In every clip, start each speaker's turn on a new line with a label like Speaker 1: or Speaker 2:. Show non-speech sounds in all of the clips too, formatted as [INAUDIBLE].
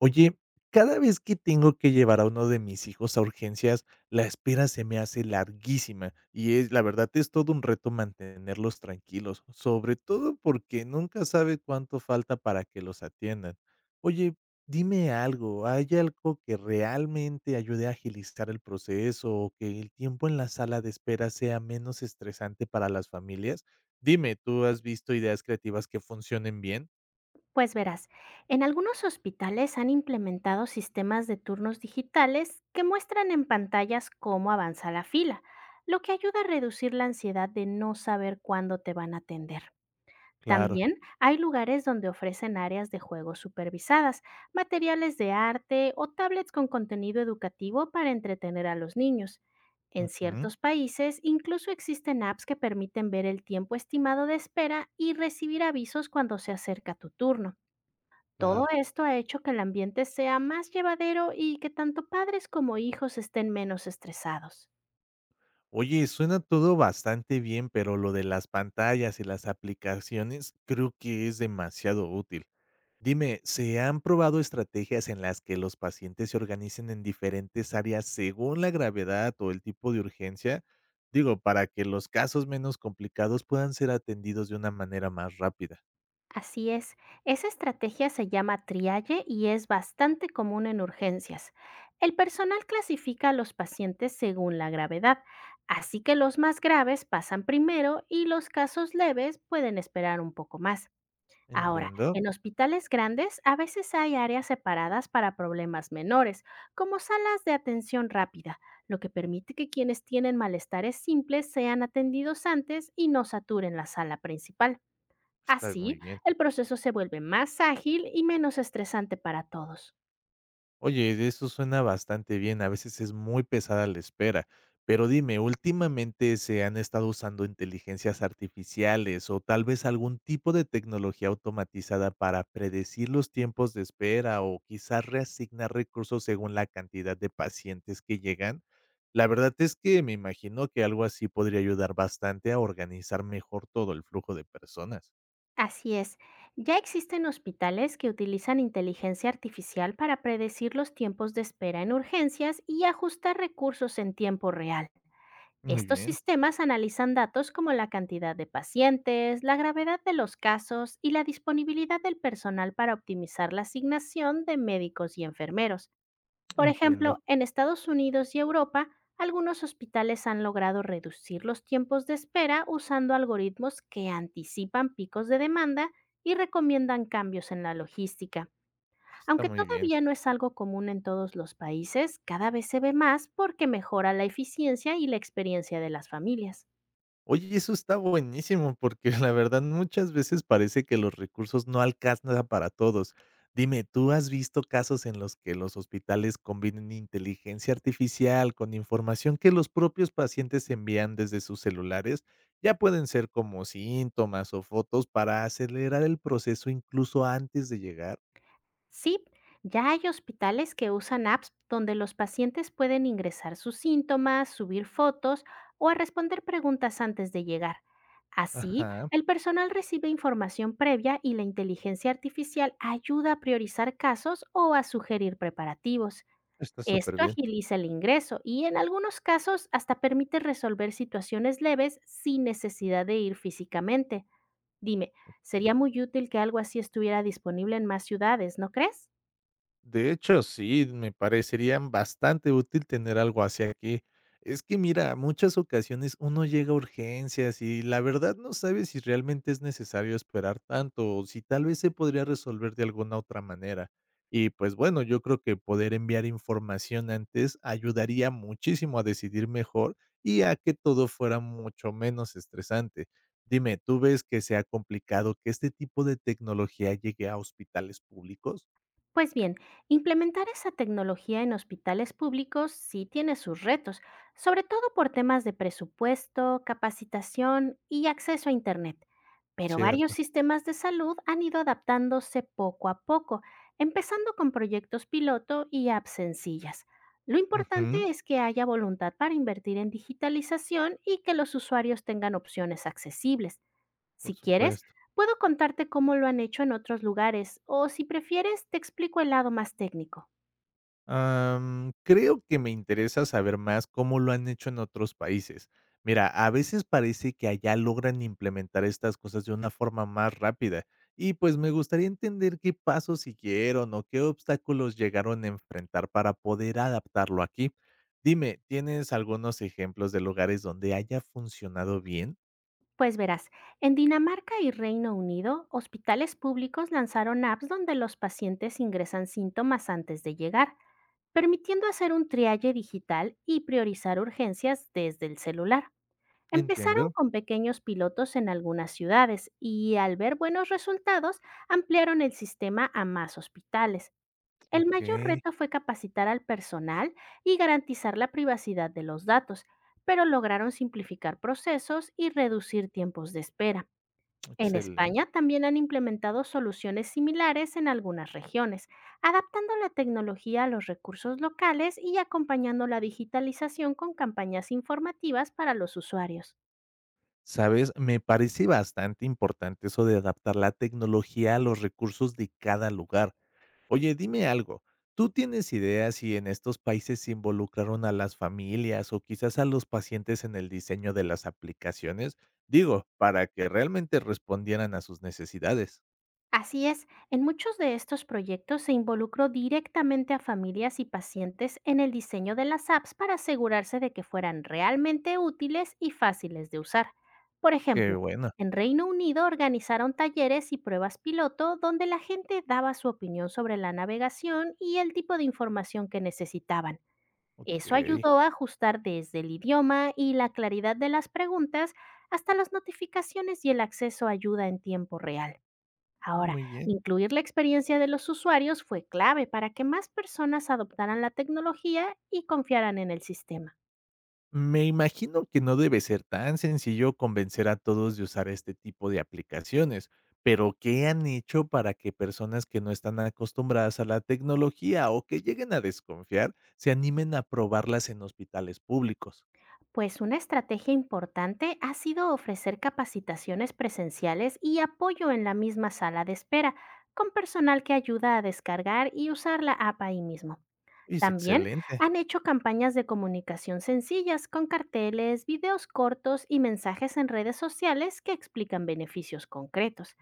Speaker 1: Oye, cada vez que tengo que llevar a uno de mis hijos a urgencias, la espera se me hace larguísima y la verdad es todo un reto mantenerlos tranquilos, sobre todo porque nunca sabe cuánto falta para que los atiendan. Oye, dime algo, ¿hay algo que realmente ayude a agilizar el proceso o que el tiempo en la sala de espera sea menos estresante para las familias? Dime, ¿tú has visto ideas creativas que funcionen bien?
Speaker 2: Pues verás, en algunos hospitales han implementado sistemas de turnos digitales que muestran en pantallas cómo avanza la fila, lo que ayuda a reducir la ansiedad de no saber cuándo te van a atender.
Speaker 1: Claro.
Speaker 2: También hay lugares donde ofrecen áreas de juegos supervisadas, materiales de arte o tablets con contenido educativo para entretener a los niños. En
Speaker 1: Ujú.
Speaker 2: ciertos países incluso existen apps que permiten ver el tiempo estimado de espera y recibir avisos cuando se acerca tu turno. Todo
Speaker 1: Claro.
Speaker 2: esto ha hecho que el ambiente sea más llevadero y que tanto padres como hijos estén menos estresados.
Speaker 1: Oye, suena todo bastante bien, pero lo de las pantallas y las aplicaciones creo que es demasiado útil. Dime, ¿se han probado estrategias en las que los pacientes se organicen en diferentes áreas según la gravedad o el tipo de urgencia? Digo, para que los casos menos complicados puedan ser atendidos de una manera más rápida.
Speaker 2: Así es, esa estrategia se llama triaje y es bastante común en urgencias. El personal clasifica a los pacientes según la gravedad, así que los más graves pasan primero y los casos leves pueden esperar un poco más. Ahora,
Speaker 1: Entiendo.
Speaker 2: en hospitales grandes a veces hay áreas separadas para problemas menores, como salas de atención rápida, lo que permite que quienes tienen malestares simples sean atendidos antes y no saturen la sala principal.
Speaker 1: Está muy
Speaker 2: Así,
Speaker 1: bien.
Speaker 2: el proceso se vuelve más ágil y menos estresante para todos.
Speaker 1: Oye, de eso suena bastante bien, a veces es muy pesada la espera. Pero dime, últimamente se han estado usando inteligencias artificiales o tal vez algún tipo de tecnología automatizada para predecir los tiempos de espera o quizás reasignar recursos según la cantidad de pacientes que llegan. La verdad es que me imagino que algo así podría ayudar bastante a organizar mejor todo el flujo de personas.
Speaker 2: Así es, ya existen hospitales que utilizan inteligencia artificial para predecir los tiempos de espera en urgencias y ajustar recursos en tiempo real.
Speaker 1: Muy
Speaker 2: Estos
Speaker 1: bien,
Speaker 2: sistemas analizan datos como la cantidad de pacientes, la gravedad de los casos y la disponibilidad del personal para optimizar la asignación de médicos y enfermeros. Por
Speaker 1: entiendo,
Speaker 2: ejemplo, en Estados Unidos y Europa, algunos hospitales han logrado reducir los tiempos de espera usando algoritmos que anticipan picos de demanda y recomiendan cambios en la logística.
Speaker 1: está
Speaker 2: Aunque
Speaker 1: muy bien.
Speaker 2: todavía no es algo común en todos los países, cada vez se ve más porque mejora la eficiencia y la experiencia de las familias.
Speaker 1: Oye, eso está buenísimo, porque la verdad muchas veces parece que los recursos no alcanzan para todos. Dime, ¿tú has visto casos en los que los hospitales combinen inteligencia artificial con información que los propios pacientes envían desde sus celulares? Ya pueden ser como síntomas o fotos para acelerar el proceso incluso antes de llegar.
Speaker 2: Sí, ya hay hospitales que usan apps donde los pacientes pueden ingresar sus síntomas, subir fotos o a responder preguntas antes de llegar. Así,
Speaker 1: Ajá,
Speaker 2: el personal recibe información previa y la inteligencia artificial ayuda a priorizar casos o a sugerir preparativos.
Speaker 1: está súper
Speaker 2: Esto
Speaker 1: bien.
Speaker 2: agiliza el ingreso y en algunos casos hasta permite resolver situaciones leves sin necesidad de ir físicamente. Dime, sería muy útil que algo así estuviera disponible en más ciudades, ¿no crees?
Speaker 1: De hecho, sí, me parecería bastante útil tener algo así aquí. Es que mira, muchas ocasiones uno llega a urgencias y la verdad no sabe si realmente es necesario esperar tanto o si tal vez se podría resolver de alguna otra manera. Y pues bueno, yo creo que poder enviar información antes ayudaría muchísimo a decidir mejor y a que todo fuera mucho menos estresante. Dime, ¿tú ves que sea complicado que este tipo de tecnología llegue a hospitales públicos?
Speaker 2: Pues bien, implementar esa tecnología en hospitales públicos sí tiene sus retos, sobre todo por temas de presupuesto, capacitación y acceso a Internet. Pero varios
Speaker 1: Cierto.
Speaker 2: sistemas de salud han ido adaptándose poco a poco, empezando con proyectos piloto y apps sencillas. Lo
Speaker 1: Ujú,
Speaker 2: importante es que haya voluntad para invertir en digitalización y que los usuarios tengan opciones accesibles.
Speaker 1: por
Speaker 2: Si quieres,
Speaker 1: supuesto.
Speaker 2: puedo contarte cómo lo han hecho en otros lugares o, si prefieres, te explico el lado más técnico.
Speaker 1: Creo que me interesa saber más cómo lo han hecho en otros países. Mira, a veces parece que allá logran implementar estas cosas de una forma más rápida y pues me gustaría entender qué pasos siguieron o qué obstáculos llegaron a enfrentar para poder adaptarlo aquí. Dime, ¿tienes algunos ejemplos de lugares donde haya funcionado bien?
Speaker 2: Pues verás, en Dinamarca y Reino Unido, hospitales públicos lanzaron apps donde los pacientes ingresan síntomas antes de llegar, permitiendo hacer un triaje digital y priorizar urgencias desde el celular. Empezaron
Speaker 1: Entiendo.
Speaker 2: con pequeños pilotos en algunas ciudades y, al ver buenos resultados, ampliaron el sistema a más hospitales. El
Speaker 1: Ok,
Speaker 2: mayor reto fue capacitar al personal y garantizar la privacidad de los datos, pero lograron simplificar procesos y reducir tiempos de espera. En
Speaker 1: excelente.
Speaker 2: España también han implementado soluciones similares en algunas regiones, adaptando la tecnología a los recursos locales y acompañando la digitalización con campañas informativas para los usuarios.
Speaker 1: ¿Sabes? Me parece bastante importante eso de adaptar la tecnología a los recursos de cada lugar. Oye, dime algo, ¿tú tienes ideas si en estos países se involucraron a las familias o quizás a los pacientes en el diseño de las aplicaciones? Digo, para que realmente respondieran a sus necesidades.
Speaker 2: Así es, en muchos de estos proyectos se involucró directamente a familias y pacientes en el diseño de las apps para asegurarse de que fueran realmente útiles y fáciles de usar. Por
Speaker 1: Qué
Speaker 2: ejemplo,
Speaker 1: bueno,
Speaker 2: en Reino Unido organizaron talleres y pruebas piloto donde la gente daba su opinión sobre la navegación y el tipo de información que necesitaban. Eso
Speaker 1: ok,
Speaker 2: ayudó a ajustar desde el idioma y la claridad de las preguntas hasta las notificaciones y el acceso a ayuda en tiempo real. Ahora,
Speaker 1: muy bien.
Speaker 2: incluir la experiencia de los usuarios fue clave para que más personas adoptaran la tecnología y confiaran en el sistema.
Speaker 1: Me imagino que no debe ser tan sencillo convencer a todos de usar este tipo de aplicaciones, pero ¿qué han hecho para que personas que no están acostumbradas a la tecnología o que lleguen a desconfiar se animen a probarlas en hospitales públicos?
Speaker 2: Pues una estrategia importante ha sido ofrecer capacitaciones presenciales y apoyo en la misma sala de espera, con personal que ayuda a descargar y usar la app ahí mismo.
Speaker 1: Es
Speaker 2: También
Speaker 1: excelente.
Speaker 2: han hecho campañas de comunicación sencillas con carteles, videos cortos y mensajes en redes sociales que explican beneficios concretos.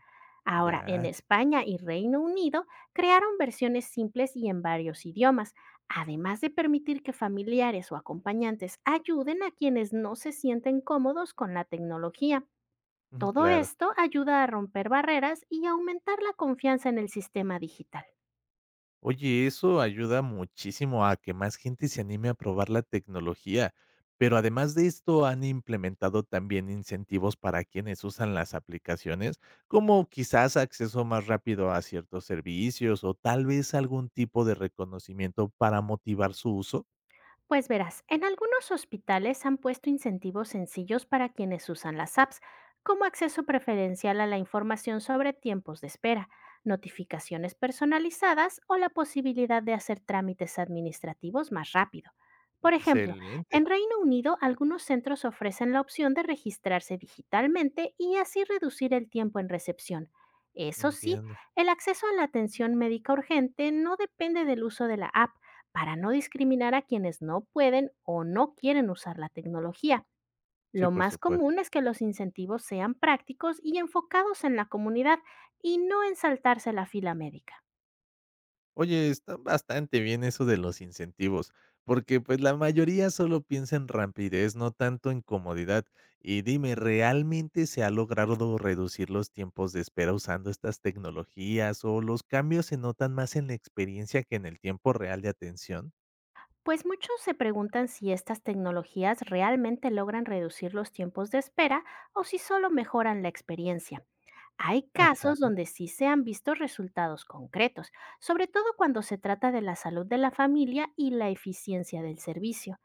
Speaker 2: Ahora, en
Speaker 1: Ya,
Speaker 2: España y Reino Unido crearon versiones simples y en varios idiomas, además de permitir que familiares o acompañantes ayuden a quienes no se sienten cómodos con la tecnología.
Speaker 1: [LAUGHS]
Speaker 2: Todo
Speaker 1: claro.
Speaker 2: esto ayuda a romper barreras y aumentar la confianza en el sistema digital.
Speaker 1: Oye, eso ayuda muchísimo a que más gente se anime a probar la tecnología, pero además de esto han implementado también incentivos para quienes usan las aplicaciones, como quizás acceso más rápido a ciertos servicios o tal vez algún tipo de reconocimiento para motivar su uso.
Speaker 2: Pues verás, en algunos hospitales han puesto incentivos sencillos para quienes usan las apps, como acceso preferencial a la información sobre tiempos de espera, notificaciones personalizadas o la posibilidad de hacer trámites administrativos más rápido. Por ejemplo,
Speaker 1: Excelente,
Speaker 2: en Reino Unido algunos centros ofrecen la opción de registrarse digitalmente y así reducir el tiempo en recepción. Eso sí,
Speaker 1: entiendo.
Speaker 2: el acceso a la atención médica urgente no depende del uso de la app, para no discriminar a quienes no pueden o no quieren usar la tecnología.
Speaker 1: Sí,
Speaker 2: Lo
Speaker 1: por
Speaker 2: más
Speaker 1: supuesto.
Speaker 2: común es que los incentivos sean prácticos y enfocados en la comunidad, y no en saltarse la fila médica.
Speaker 1: Oye, está bastante bien eso de los incentivos, porque pues la mayoría solo piensa en rapidez, no tanto en comodidad. Y dime, ¿realmente se ha logrado reducir los tiempos de espera usando estas tecnologías o los cambios se notan más en la experiencia que en el tiempo real de atención?
Speaker 2: Pues muchos se preguntan si estas tecnologías realmente logran reducir los tiempos de espera o si solo mejoran la experiencia. Hay
Speaker 1: Ajá.
Speaker 2: casos donde sí se han visto resultados concretos, sobre todo cuando se trata de la salud de la familia y la eficiencia del servicio.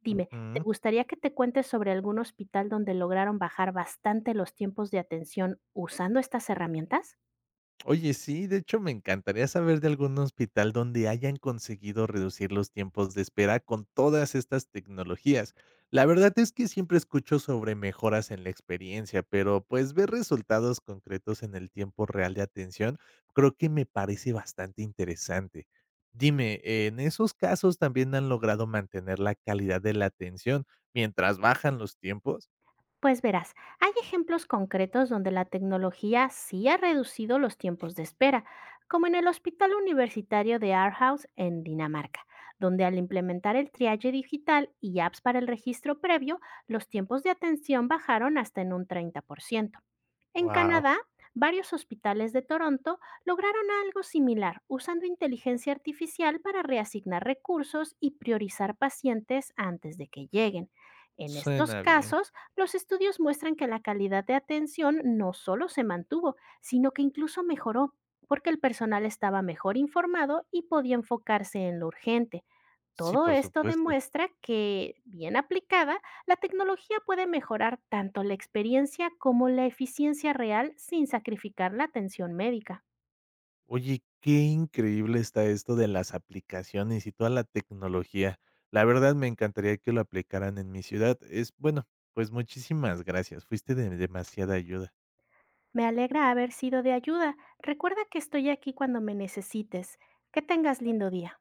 Speaker 2: Dime, ¿te
Speaker 1: Ujú.
Speaker 2: gustaría que te cuente sobre algún hospital donde lograron bajar bastante los tiempos de atención usando estas herramientas?
Speaker 1: Oye, sí, de hecho, me encantaría saber de algún hospital donde hayan conseguido reducir los tiempos de espera con todas estas tecnologías. La verdad es que siempre escucho sobre mejoras en la experiencia, pero pues ver resultados concretos en el tiempo real de atención creo que me parece bastante interesante. Dime, ¿en esos casos también han logrado mantener la calidad de la atención mientras bajan los tiempos?
Speaker 2: Pues verás, hay ejemplos concretos donde la tecnología sí ha reducido los tiempos de espera, como en el Hospital Universitario de Aarhus, en Dinamarca, donde, al implementar el triaje digital y apps para el registro previo, los tiempos de atención bajaron hasta en un 30%. En
Speaker 1: Wow,
Speaker 2: Canadá, varios hospitales de Toronto lograron algo similar usando inteligencia artificial para reasignar recursos y priorizar pacientes antes de que lleguen. En estos
Speaker 1: suena bien.
Speaker 2: casos, los estudios muestran que la calidad de atención no solo se mantuvo, sino que incluso mejoró, porque el personal estaba mejor informado y podía enfocarse en lo urgente.
Speaker 1: Sí,
Speaker 2: Todo
Speaker 1: por
Speaker 2: esto
Speaker 1: supuesto.
Speaker 2: demuestra que, bien aplicada, la tecnología puede mejorar tanto la experiencia como la eficiencia real sin sacrificar la atención médica.
Speaker 1: Oye, qué increíble está esto de las aplicaciones y toda la tecnología. La verdad me encantaría que lo aplicaran en mi ciudad. Es bueno, pues muchísimas gracias. Fuiste de demasiada ayuda.
Speaker 2: Me alegra haber sido de ayuda. Recuerda que estoy aquí cuando me necesites. Que tengas lindo día.